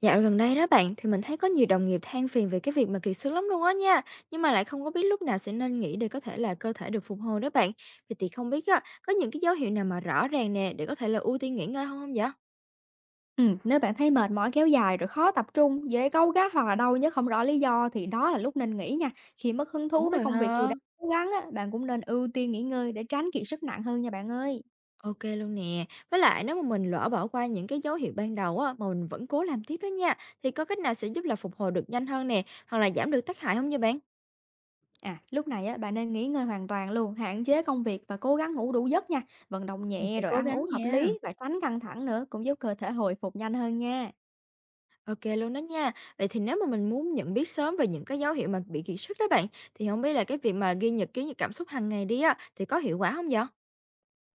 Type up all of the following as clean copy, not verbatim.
Dạo gần đây đó bạn, thì mình thấy có nhiều đồng nghiệp than phiền về cái việc mà kiệt sức lắm luôn á nha, nhưng mà lại không có biết lúc nào sẽ nên nghỉ để có thể là cơ thể được phục hồi đó bạn. Vậy thì không biết á, có những cái dấu hiệu nào mà rõ ràng nè để có thể là ưu tiên nghỉ ngơi hơn không vậy? Nếu bạn thấy mệt mỏi kéo dài rồi khó tập trung, dễ cáu gắt hoặc là đau nhức không rõ lý do thì đó là lúc nên nghỉ nha. Khi mất hứng Đúng thú với rồi công việc dù ha. đang cố gắng á, bạn cũng nên ưu tiên nghỉ ngơi để tránh kiệt sức nặng hơn nha bạn ơi. Ok luôn nè. Với lại nếu mà mình lỡ bỏ qua những cái dấu hiệu ban đầu á mà mình vẫn cố làm tiếp đó nha, thì có cách nào sẽ giúp là phục hồi được nhanh hơn nè, hoặc là giảm được tác hại không nha bạn? À, lúc này á, bạn nên nghỉ ngơi hoàn toàn luôn, hạn chế công việc và cố gắng ngủ đủ giấc nha. Vận động Mình nhẹ sẽ rồi cố ăn gắng uống hợp nha. lý và tránh căng thẳng nữa cũng giúp cơ thể hồi phục nhanh hơn nha. OK luôn đó nha. Vậy thì nếu mà mình muốn nhận biết sớm về những cái dấu hiệu mà bị kiệt sức đó bạn, thì không biết là cái việc mà ghi nhật ký những cảm xúc hàng ngày đi á, thì có hiệu quả không vậy?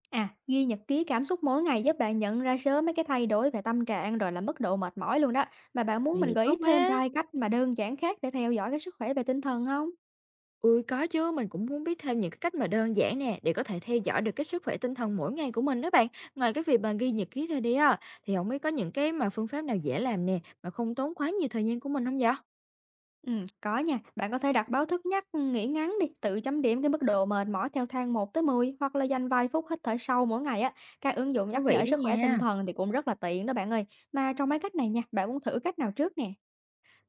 À, ghi nhật ký cảm xúc mỗi ngày giúp bạn nhận ra sớm mấy cái thay đổi về tâm trạng rồi là mức độ mệt mỏi luôn đó. Mà bạn muốn Vậy mình thì gợi ý tốt thêm quá. vài cách mà đơn giản khác để theo dõi cái sức khỏe về tinh thần không? Ui có chứ, mình cũng muốn biết thêm những cái cách mà đơn giản nè, để có thể theo dõi được cái sức khỏe tinh thần mỗi ngày của mình đó bạn. Ngoài cái việc mà ghi nhật ký ra đi á, thì không biết có những cái mà phương pháp nào dễ làm nè, mà không tốn quá nhiều thời gian của mình không vậy? Ừ, có nha. Bạn có thể đặt báo thức nhắc nghỉ ngắn đi, tự chấm điểm cái mức độ mệt mỏi theo thang 1 tới 10 hoặc là dành vài phút hít thở sâu mỗi ngày á. Các ứng dụng Thú nhắc vị nhở đó sức khỏe tinh nha. thần thì cũng rất là tiện đó bạn ơi. Mà trong mấy cách này nha, bạn muốn thử cách nào trước nè?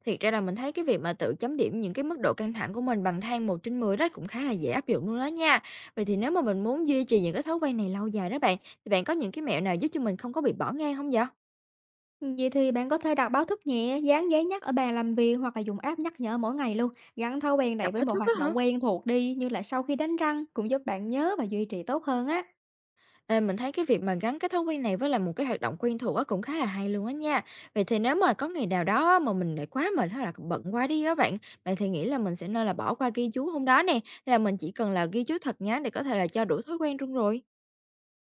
Thiệt ra là mình thấy cái việc mà tự chấm điểm những cái mức độ căng thẳng của mình bằng thang một trên 10 đó cũng khá là dễ áp dụng luôn đó nha. Vậy thì nếu mà mình muốn duy trì những cái thói quen này lâu dài đó bạn, thì bạn có những cái mẹo nào giúp cho mình không có bị bỏ ngang không vậy? Vậy thì bạn có thể đặt báo thức nhẹ, dán giấy nhắc ở bàn làm việc hoặc là dùng app nhắc nhở mỗi ngày luôn. Gắn thói quen này Đọc với báo một thức á hoạt hả? động quen thuộc đi, như là sau khi đánh răng cũng giúp bạn nhớ và duy trì tốt hơn á. Ê, mình thấy cái việc mà gắn cái thói quen này với lại một cái hoạt động quen thuộc á cũng khá là hay luôn á nha. Vậy thì nếu mà có ngày nào đó á mà mình lại quá mệt hay là bận quá đi á bạn, bạn thì nghĩ là mình sẽ nên là bỏ qua ghi chú hôm đó nè, hay là mình chỉ cần là ghi chú thật ngắn để có thể là cho đủ thói quen luôn rồi.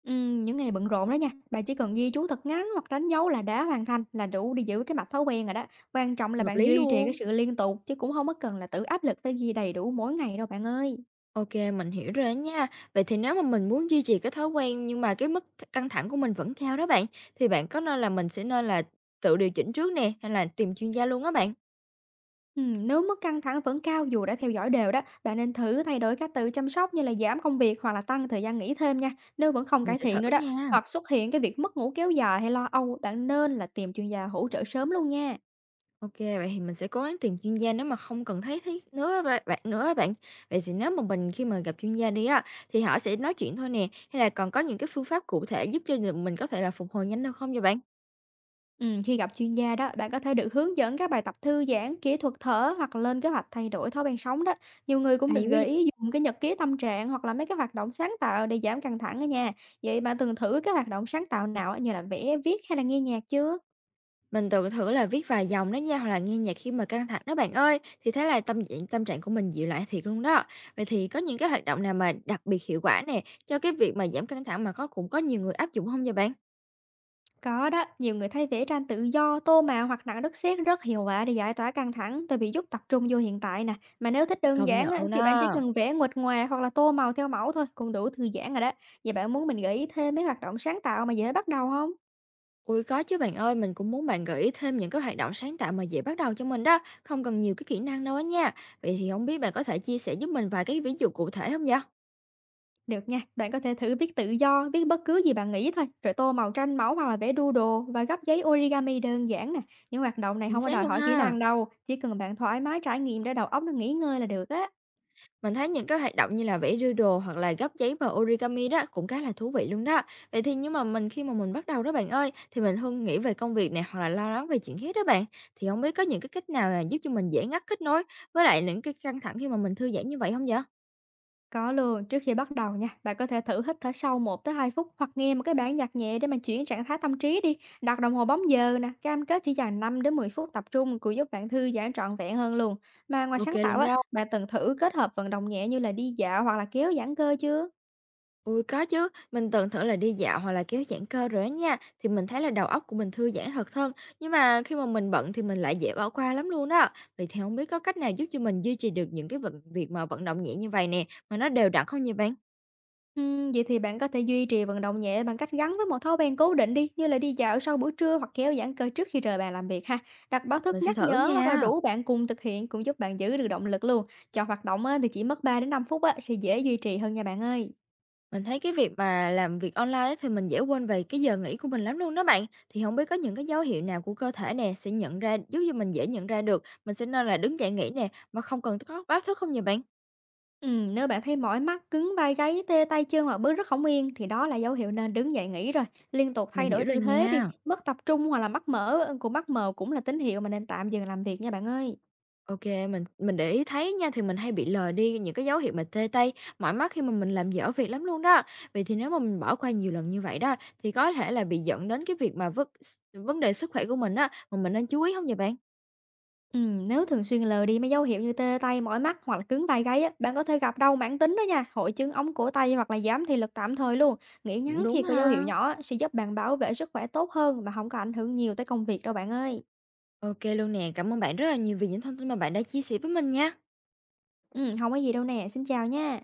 Những ngày bận rộn đó nha, bạn chỉ cần ghi chú thật ngắn hoặc đánh dấu là đã hoàn thành là đủ để giữ cái mạch thói quen rồi đó. Quan trọng là Hợp bạn lý duy trì cái luôn. sự liên tục chứ cũng không có cần là tự áp lực phải ghi đầy đủ mỗi ngày đâu bạn ơi. OK, mình hiểu rồi đó nha. Vậy thì nếu mà mình muốn duy trì cái thói quen nhưng mà cái mức căng thẳng của mình vẫn cao đó bạn, thì bạn có nên là mình sẽ nên là tự điều chỉnh trước nè, hay là tìm chuyên gia luôn á bạn? Nếu mức căng thẳng vẫn cao dù đã theo dõi đều đó, bạn nên thử thay đổi các từ chăm sóc như là giảm công việc hoặc là tăng thời gian nghỉ thêm nha. Nếu vẫn không Mình cải sẽ thử thiện nữa đó, nha. hoặc xuất hiện cái việc mất ngủ kéo dài hay lo âu, bạn nên là tìm chuyên gia hỗ trợ sớm luôn nha. OK, vậy thì mình sẽ cố gắng tìm chuyên gia nếu mà không cần thấy thấy nữa á bạn. Vậy thì nếu mà mình khi mà gặp chuyên gia đi á, thì họ sẽ nói chuyện thôi nè, hay là còn có những cái phương pháp cụ thể giúp cho mình có thể là phục hồi nhanh hơn không vậy bạn? Khi gặp chuyên gia đó, bạn có thể được hướng dẫn các bài tập thư giãn, kỹ thuật thở hoặc lên kế hoạch thay đổi thói quen sống đó. Nhiều người cũng được Hay quá gợi vậy. ý dùng cái nhật ký tâm trạng hoặc là mấy cái hoạt động sáng tạo để giảm căng thẳng đó nha. Vậy bạn từng thử cái hoạt động sáng tạo nào á, như là vẽ, viết hay là nghe nhạc chưa? Mình từng thử là viết vài dòng đó nha, hoặc là nghe nhạc khi mà căng thẳng đó bạn ơi, thì thế là tâm trạng của mình dịu lại thiệt luôn đó. Vậy thì có những cái hoạt động nào mà đặc biệt hiệu quả nè, cho cái việc mà giảm căng thẳng mà cũng có nhiều người áp dụng không vậy bạn? Có đó, nhiều người thay vẽ tranh tự do, tô màu hoặc nặng đất sét rất hiệu quả để giải tỏa căng thẳng, tại vì giúp tập trung vô hiện tại nè. Mà nếu thích đơn Công giản nhận á, luôn thì bạn chỉ đó. cần vẽ nguệch ngoạc hoặc là tô màu theo mẫu thôi, cũng đủ thư giãn rồi đó. Vậy bạn muốn mình gợi ý thêm mấy hoạt động sáng tạo mà dễ bắt đầu không? Ui có chứ bạn ơi, mình cũng muốn bạn gợi ý thêm những cái hoạt động sáng tạo mà dễ bắt đầu cho mình đó, không cần nhiều cái kỹ năng đâu á nha. Vậy thì không biết bạn có thể chia sẻ giúp mình vài cái ví dụ cụ thể không vậy? Được nha, bạn có thể thử viết tự do, viết bất cứ gì bạn nghĩ thôi, rồi tô màu tranh mẫu hoặc là vẽ doodle và gấp giấy origami đơn giản nè. Những hoạt động này Chính không có xác đòi luôn hỏi kỹ ha. năng đâu, chỉ cần bạn thoải mái trải nghiệm để đầu óc nó nghỉ ngơi là được á. Mình thấy những cái hoạt động như là vẽ doodle hoặc là gấp giấy bằng origami đó cũng khá là thú vị luôn đó. Vậy thì nhưng mà mình khi mà mình bắt đầu đó bạn ơi, thì mình luôn nghĩ về công việc này hoặc là lo lắng về chuyện khác đó bạn. Thì không biết có những cái cách nào là giúp cho mình dễ ngắt kết nối với lại những cái căng thẳng khi mà mình thư giãn như vậy không vậy? Có luôn, trước khi bắt đầu nha, bạn có thể thử hít thở sâu 1 tới 2 phút hoặc nghe một cái bản nhạc nhẹ để mà chuyển trạng thái tâm trí đi. Đặt đồng hồ bấm giờ nè, cam kết chỉ dành 5 đến 10 phút tập trung cũng giúp bạn thư giãn trọn vẹn hơn luôn. Mà ngoài Ok sáng tạo luôn á, đó. bạn từng thử kết hợp vận động nhẹ như là đi dạo hoặc là kéo giãn cơ chưa? Ui có chứ, mình từng thử là đi dạo hoặc là kéo giãn cơ rồi đó nha, thì mình thấy là đầu óc của mình thư giãn thật hơn, nhưng mà khi mà mình bận thì mình lại dễ bỏ qua lắm luôn đó. Vậy thì không biết có cách nào giúp cho mình duy trì được những cái vận việc mà vận động nhẹ như vậy nè, mà nó đều đặn không vậy bạn? Vậy thì bạn có thể duy trì vận động nhẹ bằng cách gắn với một thói quen cố định đi, như là đi dạo sau buổi trưa hoặc kéo giãn cơ trước khi rời bàn làm việc ha. Đặt báo thức Mình sẽ nhắc thử nhở hoặc là nha. rủ bạn cùng thực hiện cũng giúp bạn giữ được động lực luôn. Chọn hoạt động á, thì chỉ mất 3 đến 5 phút á, sẽ dễ duy trì hơn nha bạn ơi. Mình thấy cái việc mà làm việc online á thì mình dễ quên về cái giờ nghỉ của mình lắm luôn đó bạn. Thì không biết có những cái dấu hiệu nào của cơ thể nè sẽ nhận ra giúp cho mình dễ nhận ra được, mình sẽ nên là đứng dậy nghỉ nè, mà không cần có báo thức không vậy bạn? Nếu bạn thấy mỏi mắt, cứng vai gáy, tê tay chân hoặc bước rất không yên thì đó là dấu hiệu nên đứng dậy nghỉ rồi. Liên tục Mình thay đổi hiểu rồi tư thế đi, nha. mất tập trung hoặc là mắt mở, còn mắt mờ cũng là tín hiệu mà nên tạm dừng làm việc nha bạn ơi. OK, mình để ý thấy nha, thì mình hay bị lờ đi những cái dấu hiệu mà tê tay, mỏi mắt khi mà mình làm dở việc lắm luôn đó. Vậy thì nếu mà mình bỏ qua nhiều lần như vậy đó, thì có thể là bị dẫn đến cái việc mà vấn vấn đề sức khỏe của mình á, mà mình nên chú ý không vậy bạn? Nếu thường xuyên lờ đi mấy dấu hiệu như tê tay, mỏi mắt hoặc là cứng vai gáy á, bạn có thể gặp đau mãn tính đó nha, hội chứng ống cổ tay hoặc là giảm thị lực tạm thời luôn. Nghỉ Cũng ngắn đúng khi có dấu hiệu ha. nhỏ á, sẽ giúp bạn bảo vệ sức khỏe tốt hơn mà không có ảnh hưởng nhiều tới công việc đâu bạn ơi. OK luôn nè, cảm ơn bạn rất là nhiều vì những thông tin mà bạn đã chia sẻ với mình nha. Ừ, không có gì đâu nè, xin chào nha.